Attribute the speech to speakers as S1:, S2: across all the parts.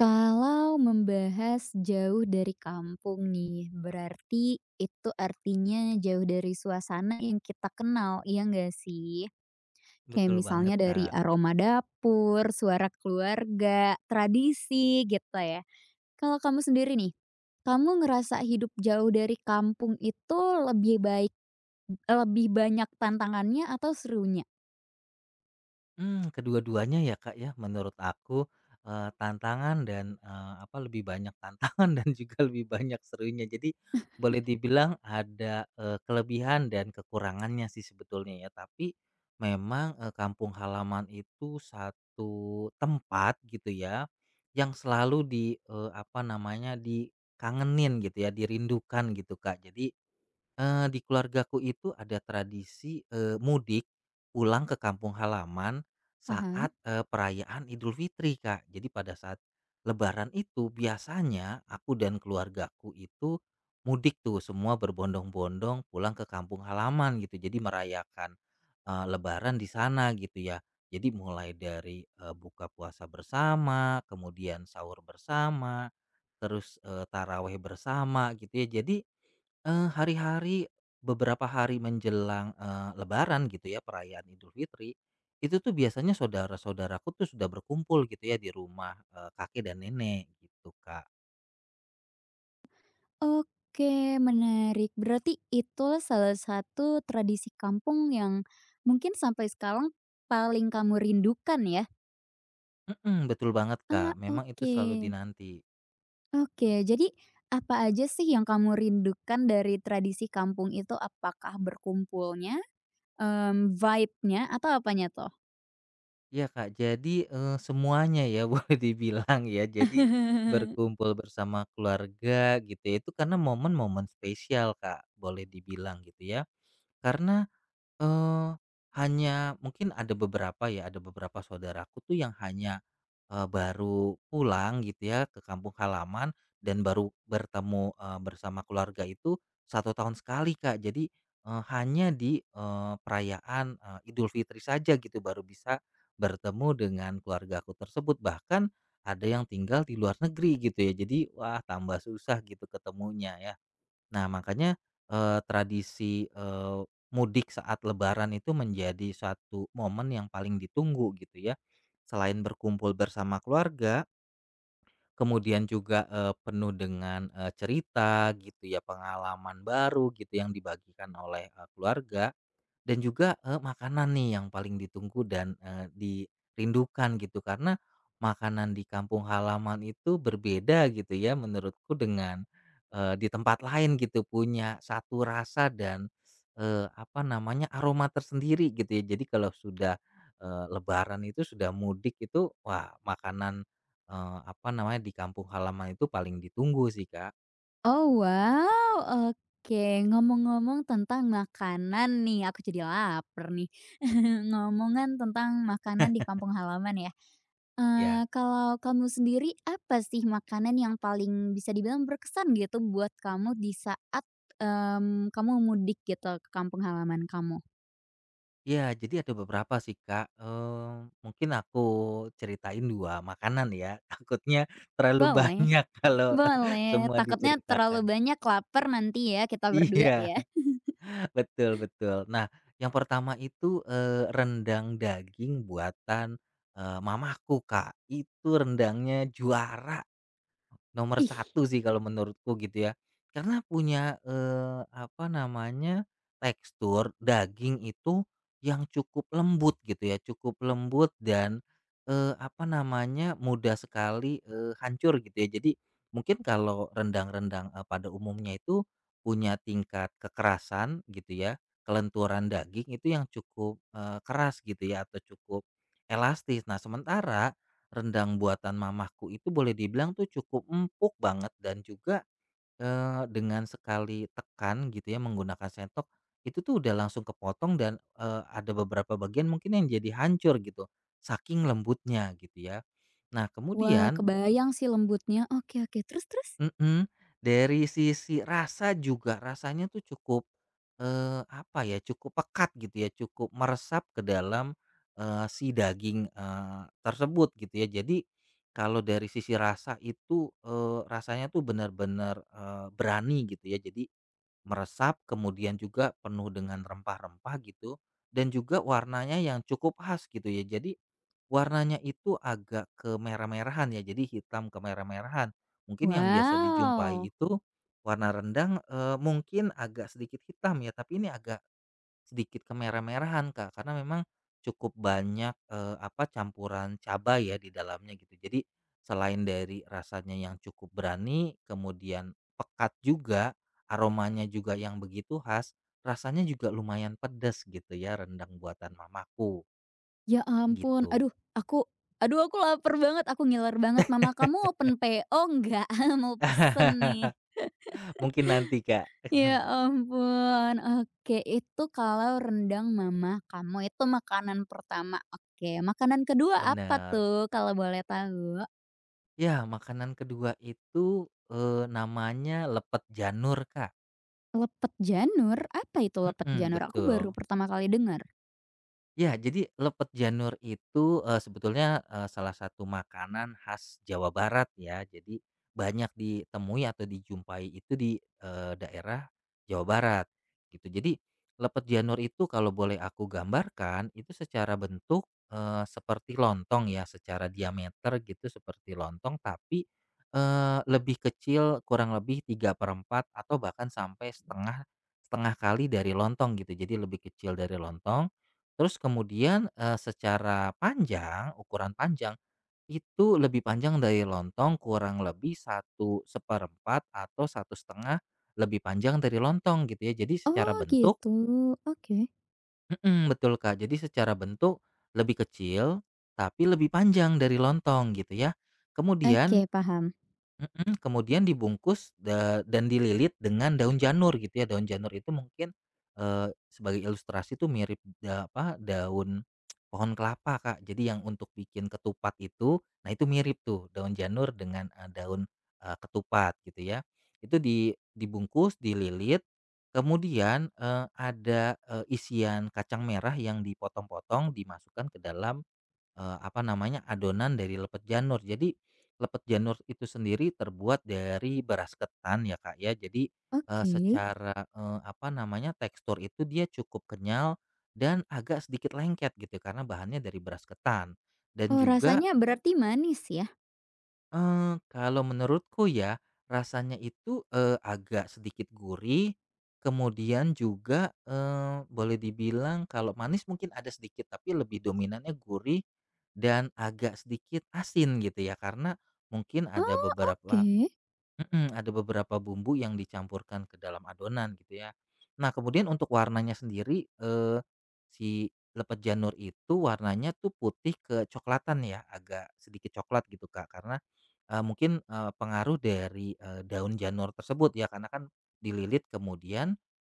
S1: Kalau membahas jauh dari kampung nih, berarti itu artinya jauh dari suasana yang kita kenal, iya nggak sih? Kayak
S2: Betul banget,
S1: misalnya dari
S2: Kak.
S1: aroma dapur, suara keluarga, tradisi gitu ya. Kalau kamu sendiri nih, kamu ngerasa hidup jauh dari kampung itu lebih baik lebih banyak tantangannya atau serunya?
S2: Kedua-duanya ya, Kak, ya, menurut aku, tantangan dan, lebih banyak tantangan dan juga lebih banyak serunya. Jadi boleh dibilang ada, kelebihan dan kekurangannya sih sebetulnya ya. Tapi memang, kampung halaman itu satu tempat gitu ya, yang selalu di, eee, apa namanya, dikangenin gitu ya, dirindukan gitu, Kak. Jadi di keluargaku itu ada tradisi, mudik pulang ke kampung halaman saat,
S1: Paham.
S2: perayaan Idul Fitri, Kak. Jadi pada saat lebaran itu biasanya aku dan keluargaku itu mudik tuh, semua berbondong-bondong pulang ke kampung halaman gitu. Jadi merayakan, lebaran di sana gitu ya. Jadi mulai dari, buka puasa bersama, kemudian sahur bersama, terus, tarawih bersama gitu ya. Jadi Eee, hari-hari beberapa hari menjelang, lebaran gitu ya, perayaan Idul Fitri, itu tuh biasanya saudara-saudaraku tuh sudah berkumpul gitu ya di rumah, kakek dan nenek gitu, Kak.
S1: Oke, menarik. Berarti itu salah satu tradisi kampung yang mungkin sampai sekarang paling kamu rindukan ya?
S2: Mhm, betul banget, Kak,
S1: Ah,
S2: memang itu
S1: oke.
S2: selalu dinanti.
S1: Oke, jadi apa aja sih yang kamu rindukan dari tradisi kampung itu? Apakah berkumpulnya, vibe-nya, atau apanya tuh?
S2: Ya Kak, jadi, semuanya ya boleh dibilang ya, jadi berkumpul bersama keluarga gitu ya, itu karena momen-momen spesial, Kak, boleh dibilang gitu ya. Karena Eee, hanya mungkin ada beberapa ya, ada beberapa saudaraku tuh yang hanya, baru pulang gitu ya ke kampung halaman dan baru bertemu, bersama keluarga itu satu tahun sekali, Kak. Jadi, hanya di, perayaan, Idul Fitri saja gitu baru bisa bertemu dengan keluargaku tersebut. Bahkan ada yang tinggal di luar negeri gitu ya. Jadi wah tambah susah gitu ketemunya ya. Nah, makanya, tradisi, mudik saat lebaran itu menjadi satu momen yang paling ditunggu gitu ya. Selain berkumpul bersama keluarga, kemudian juga, penuh dengan, cerita gitu ya, pengalaman baru gitu yang dibagikan oleh, keluarga. Dan juga, makanan nih yang paling ditunggu dan, dirindukan gitu karena makanan di kampung halaman itu berbeda gitu ya menurutku dengan, di tempat lain gitu punya satu rasa dan, apa namanya aroma tersendiri gitu ya. Jadi kalau sudah, lebaran itu sudah mudik itu wah makanan, apa namanya di kampung halaman itu paling ditunggu sih Kak,
S1: Oh, wow, oke. Ngomong-ngomong tentang makanan nih, aku jadi lapar nih. Ngomongan tentang makanan di kampung halaman ya?
S2: ya.
S1: Kalau kamu sendiri, apa sih makanan yang paling bisa dibilang berkesan gitu buat kamu di saat, kamu mudik gitu ke kampung halaman kamu?
S2: Ya, jadi ada beberapa sih, Kak, mungkin aku ceritain 2 makanan ya, takutnya terlalu
S1: Boleh,
S2: banyak kalau
S1: boleh,
S2: semua
S1: takutnya
S2: diceritakan.
S1: terlalu banyak laper nanti ya kita berdua
S2: Iya,
S1: ya.
S2: betul betul. Nah, yang pertama itu, rendang daging buatan, mamaku, Kak. Itu rendangnya juara. Nomor
S1: Ih,
S2: satu sih kalau menurutku gitu ya. Karena punya, tekstur daging itu yang cukup lembut gitu ya, cukup lembut dan, mudah sekali, hancur gitu ya. Jadi mungkin kalau rendang-rendang, pada umumnya itu punya tingkat kekerasan gitu ya, kelenturan daging itu yang cukup, keras gitu ya atau cukup elastis. Nah sementara rendang buatan mamahku itu boleh dibilang tuh cukup empuk banget dan juga, dengan sekali tekan gitu ya menggunakan sendok, itu tuh udah langsung kepotong dan, ada beberapa bagian mungkin yang jadi hancur gitu, saking lembutnya gitu ya. Nah
S1: wah
S2: kemudian,
S1: kebayang sih lembutnya, oke, oke, terus terus?
S2: Mhm, dari sisi rasa juga, rasanya tuh cukup, cukup pekat gitu ya, cukup meresap ke dalam, si daging, tersebut gitu ya. Jadi kalau dari sisi rasa itu, rasanya tuh benar-benar, berani gitu ya. Jadi meresap, kemudian juga penuh dengan rempah-rempah gitu, dan juga warnanya yang cukup khas gitu ya. Jadi, warnanya itu agak kemerah-merahan ya, jadi hitam kemerah-merahan. Mungkin yang biasa dijumpai
S1: Wow,
S2: itu warna rendang, mungkin agak sedikit hitam ya, tapi ini agak sedikit kemerah-merahan, Kak, karena memang cukup banyak, campuran cabai ya di dalamnya gitu. Jadi selain dari rasanya yang cukup berani, kemudian pekat juga, aromanya juga yang begitu khas, rasanya juga lumayan pedas gitu ya rendang buatan mamaku,
S1: ya ampun,
S2: gitu.
S1: aku aduh aku laper banget, aku ngiler banget, mama kamu open PO nggak? Mau pesen nih.
S2: Mungkin nanti, Kak.
S1: Ya ampun, oke itu kalau rendang mama kamu itu makanan pertama, oke. Makanan kedua apa
S2: Bener.
S1: tuh kalau boleh tahu?
S2: Ya, makanan kedua itu, namanya lepet janur, Kak.
S1: Lepet janur? Apa itu lepet
S2: Mhm,
S1: janur? Aku baru
S2: betul.
S1: pertama kali dengar.
S2: Ya, jadi lepet janur itu, sebetulnya, salah satu makanan khas Jawa Barat ya. Jadi banyak ditemui atau dijumpai itu di, daerah Jawa Barat gitu. Jadi lepet janur itu kalau boleh aku gambarkan itu secara bentuk, seperti lontong ya, secara diameter gitu seperti lontong tapi, lebih kecil kurang lebih 3/4 atau bahkan sampai setengah setengah kali dari lontong gitu. Jadi lebih kecil dari lontong. Terus kemudian, secara panjang, ukuran panjang, itu lebih panjang dari lontong kurang lebih satu seperempat atau satu setengah lebih panjang dari lontong gitu ya. Jadi secara
S1: Oh
S2: bentuk
S1: gitu, oke.
S2: mhm, betul Kak. Jadi secara bentuk lebih kecil, tapi lebih panjang dari lontong gitu ya. Kemudian
S1: Oke, paham.
S2: Mhm, kemudian dibungkus dan dililit dengan daun janur gitu ya, daun janur itu mungkin, sebagai ilustrasi tuh mirip daun pohon kelapa, Kak. Jadi yang untuk bikin ketupat itu, nah itu mirip tuh daun janur dengan, daun, ketupat gitu ya. Itu dibungkus, dililit, kemudian, ada, isian kacang merah yang dipotong-potong dimasukkan ke dalam adonan dari lepet janur. Jadi, lepet janur itu sendiri terbuat dari beras ketan ya, Kak, ya. Jadi,
S1: Oke.
S2: secara, tekstur itu dia cukup kenyal dan agak sedikit lengket gitu karena bahannya dari beras ketan. Dan
S1: Oh,
S2: juga,
S1: rasanya berarti manis ya?
S2: Kalau menurutku ya, rasanya itu, agak sedikit gurih, kemudian juga, boleh dibilang kalau manis mungkin ada sedikit, tapi lebih dominannya gurih dan agak sedikit asin gitu ya, karena mungkin ada
S1: Oh, oke.
S2: beberapa Mhm, ada beberapa bumbu yang dicampurkan ke dalam adonan gitu ya. Nah kemudian untuk warnanya sendiri, si lepet janur itu warnanya tuh putih kecoklatan ya, agak sedikit coklat gitu Kak, karena, pengaruh dari, daun janur tersebut ya, karena kan dililit kemudian,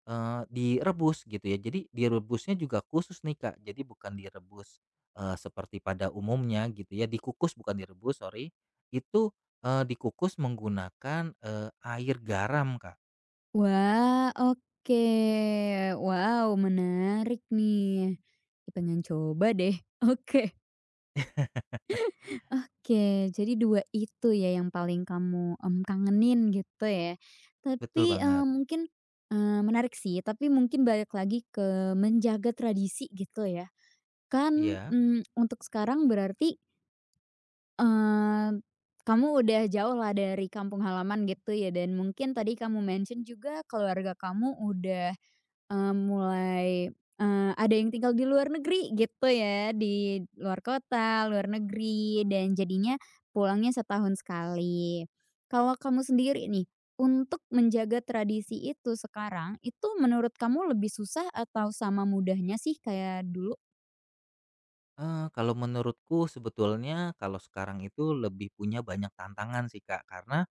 S2: direbus gitu ya. Jadi direbusnya juga khusus nih Kak, jadi bukan direbus, seperti pada umumnya gitu ya, dikukus bukan direbus, sorry. Itu dikukus menggunakan, air garam, Kak.
S1: Wah, oke, wow menarik nih. Pengen coba deh, oke. Oke, jadi 2 itu ya yang paling kamu, kangenin gitu ya.
S2: Betul
S1: Tapi,
S2: banget,
S1: menarik sih, tapi mungkin balik lagi ke menjaga tradisi gitu ya. Kan,
S2: iya.
S1: untuk sekarang berarti, eee, kamu udah jauh lah dari kampung halaman gitu ya, dan mungkin tadi kamu mention juga keluarga kamu udah mulai, ada yang tinggal di luar negeri gitu ya, di luar kota, luar negeri, dan jadinya pulangnya setahun sekali. Kalau kamu sendiri nih, untuk menjaga tradisi itu sekarang, itu menurut kamu lebih susah atau sama mudahnya sih kayak dulu?
S2: Kalau menurutku sebetulnya kalau sekarang itu lebih punya banyak tantangan sih, Kak, karena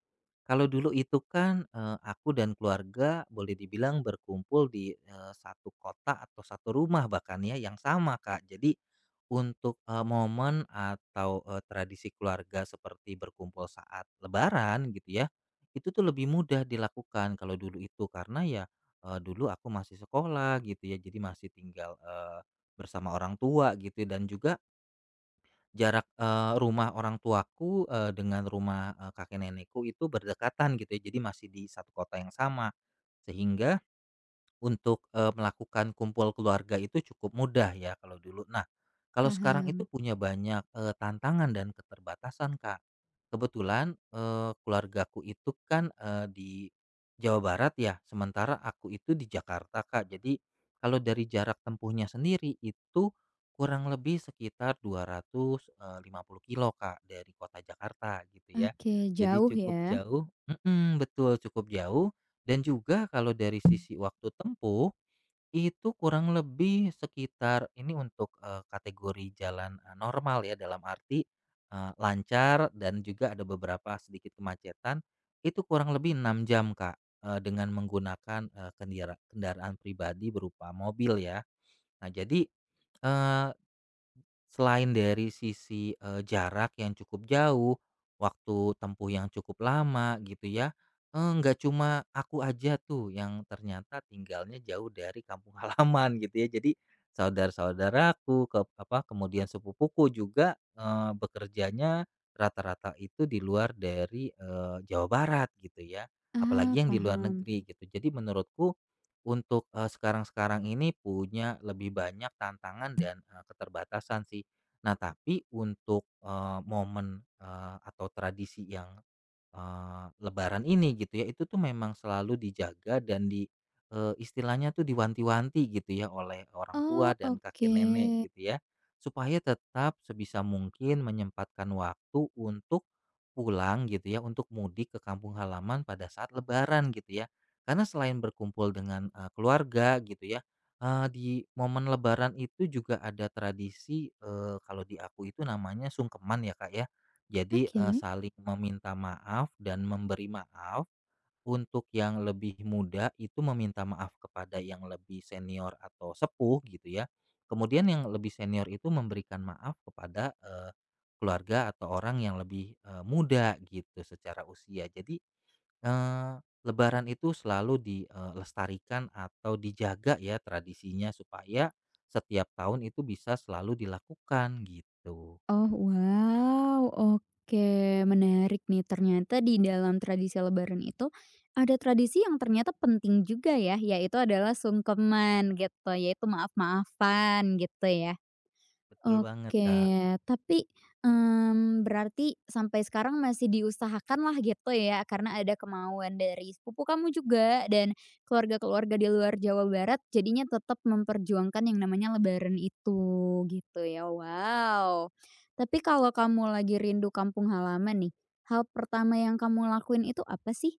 S2: kalau dulu itu kan, aku dan keluarga boleh dibilang berkumpul di, satu kota atau satu rumah bahkan ya yang sama, Kak. Jadi untuk, momen atau, tradisi keluarga seperti berkumpul saat lebaran gitu ya, itu tuh lebih mudah dilakukan kalau dulu itu karena ya, dulu aku masih sekolah gitu ya, jadi masih tinggal, bersama orang tua gitu dan juga jarak, rumah orang tuaku, dengan rumah, kakek nenekku itu berdekatan gitu ya, jadi masih di satu kota yang sama. Sehingga untuk, melakukan kumpul keluarga itu cukup mudah ya kalau dulu. Nah, kalau sekarang itu
S1: Paham.
S2: punya banyak, tantangan dan keterbatasan, Kak. Kebetulan, keluargaku itu kan, di Jawa Barat ya, sementara aku itu di Jakarta, Kak. Jadi kalau dari jarak tempuhnya sendiri itu kurang lebih sekitar 200, 50 kilometer, Kak, dari kota Jakarta gitu ya.
S1: Oke,
S2: Jadi
S1: jauh
S2: cukup
S1: ya?
S2: jauh mhm, betul, cukup jauh dan juga kalau dari sisi waktu tempuh, itu kurang lebih sekitar ini untuk, kategori jalan, normal ya dalam arti, lancar dan juga ada beberapa sedikit kemacetan, itu kurang lebih 6 jam Kak, dengan menggunakan, kendaraan pribadi berupa mobil ya. Nah jadi, selain dari sisi, jarak yang cukup jauh, waktu tempuh yang cukup lama gitu ya, nggak cuma aku aja tuh yang ternyata tinggalnya jauh dari kampung halaman gitu ya. Jadi saudara-saudaraku, kemudian sepupuku juga, bekerjanya rata-rata itu di luar dari, Jawa Barat gitu ya,
S1: Ah,
S2: apalagi yang di luar
S1: paham.
S2: negeri gitu. Jadi menurutku untuk, sekarang-sekarang ini punya lebih banyak tantangan dan, keterbatasan sih. Nah tapi untuk, momen, atau tradisi yang lebaran ini gitu ya, itu tuh memang selalu dijaga dan istilahnya tuh diwanti-wanti gitu ya oleh orang tua
S1: Oh,
S2: dan kakek
S1: oke.
S2: nenek gitu ya, supaya tetap sebisa mungkin menyempatkan waktu untuk pulang gitu ya, untuk mudik ke kampung halaman pada saat lebaran gitu ya. Karena selain berkumpul dengan, keluarga gitu ya, di momen lebaran itu juga ada tradisi, kalau di aku itu namanya sungkeman ya, Kak, ya. Jadi,
S1: Oke.
S2: saling meminta maaf dan memberi maaf, untuk yang lebih muda itu meminta maaf kepada yang lebih senior atau sepuh gitu ya. Kemudian yang lebih senior itu memberikan maaf kepada, keluarga atau orang yang lebih, muda gitu secara usia. Jadi, eee, lebaran itu selalu dilestarikan atau dijaga ya tradisinya supaya setiap tahun itu bisa selalu dilakukan gitu.
S1: Oh, wow, oke, menarik nih. Ternyata di dalam tradisi lebaran itu ada tradisi yang ternyata penting juga ya, yaitu adalah sungkeman gitu, yaitu maaf-maafan gitu ya.
S2: Betul banget, Kak.
S1: Oke, tapi, berarti sampai sekarang masih diusahakan lah gitu ya, karena ada kemauan dari sepupu kamu juga dan keluarga-keluarga di luar Jawa Barat, jadinya tetap memperjuangkan yang namanya lebaran itu, gitu ya. Wow. Tapi kalau kamu lagi rindu kampung halaman nih, hal pertama yang kamu lakuin itu apa sih?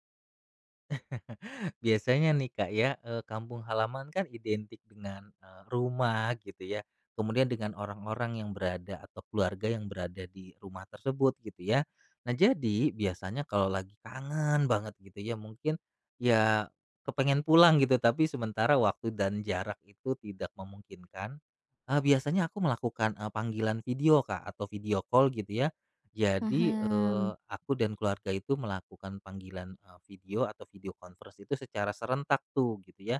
S2: Biasanya nih Kak ya, kampung halaman kan identik dengan, rumah gitu ya, kemudian dengan orang-orang yang berada atau keluarga yang berada di rumah tersebut gitu ya. Nah jadi biasanya kalau lagi kangen banget gitu ya mungkin, ya kepengen pulang gitu tapi sementara waktu dan jarak itu tidak memungkinkan, biasanya aku melakukan, panggilan video Kak atau video call gitu ya, jadi,
S1: Paham.
S2: aku dan keluarga itu melakukan panggilan, video atau video conference itu secara serentak tuh gitu ya.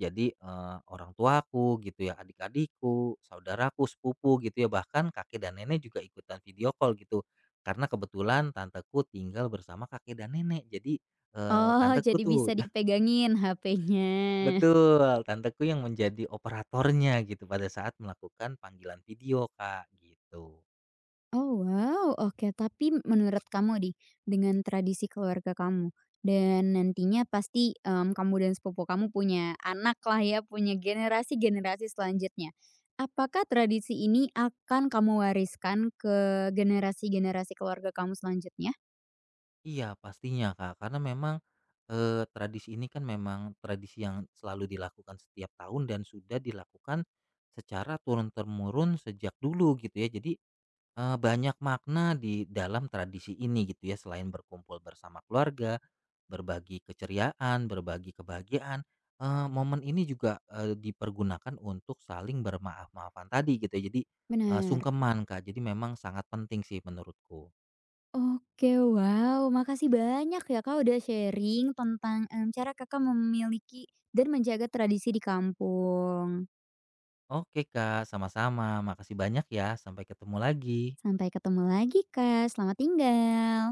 S2: Jadi, orang tuaku gitu ya, adik-adikku, saudaraku, sepupu gitu ya, bahkan kakek dan nenek juga ikutan video call gitu. Karena kebetulan tanteku tinggal bersama kakek dan nenek. Jadi,
S1: Oh,
S2: tanteku
S1: jadi
S2: tuh
S1: bisa dipegangin HP-nya.
S2: betul, tanteku yang menjadi operatornya gitu pada saat melakukan panggilan video, Kak, gitu.
S1: Oh wow, oke. Tapi menurut kamu nih, dengan tradisi keluarga kamu dan nantinya pasti, kamu dan sepupu kamu punya anak lah ya, punya generasi-generasi selanjutnya. Apakah tradisi ini akan kamu wariskan ke generasi-generasi keluarga kamu selanjutnya?
S2: Iya pastinya Kak, karena memang, tradisi ini kan memang tradisi yang selalu dilakukan setiap tahun dan sudah dilakukan secara turun-temurun sejak dulu gitu ya. Jadi, banyak makna di dalam tradisi ini gitu ya, selain berkumpul bersama keluarga, berbagi keceriaan, berbagi kebahagiaan, momen ini juga, dipergunakan untuk saling bermaaf-maafan tadi gitu ya. Jadi,
S1: Benar.
S2: sungkeman Kak, jadi memang sangat penting sih menurutku.
S1: Oke, wow, makasih banyak ya Kak udah sharing tentang, cara Kakak memiliki dan menjaga tradisi di kampung.
S2: Oke Kak, sama-sama. Makasih banyak ya. Sampai ketemu lagi.
S1: Sampai ketemu lagi Kak, selamat tinggal.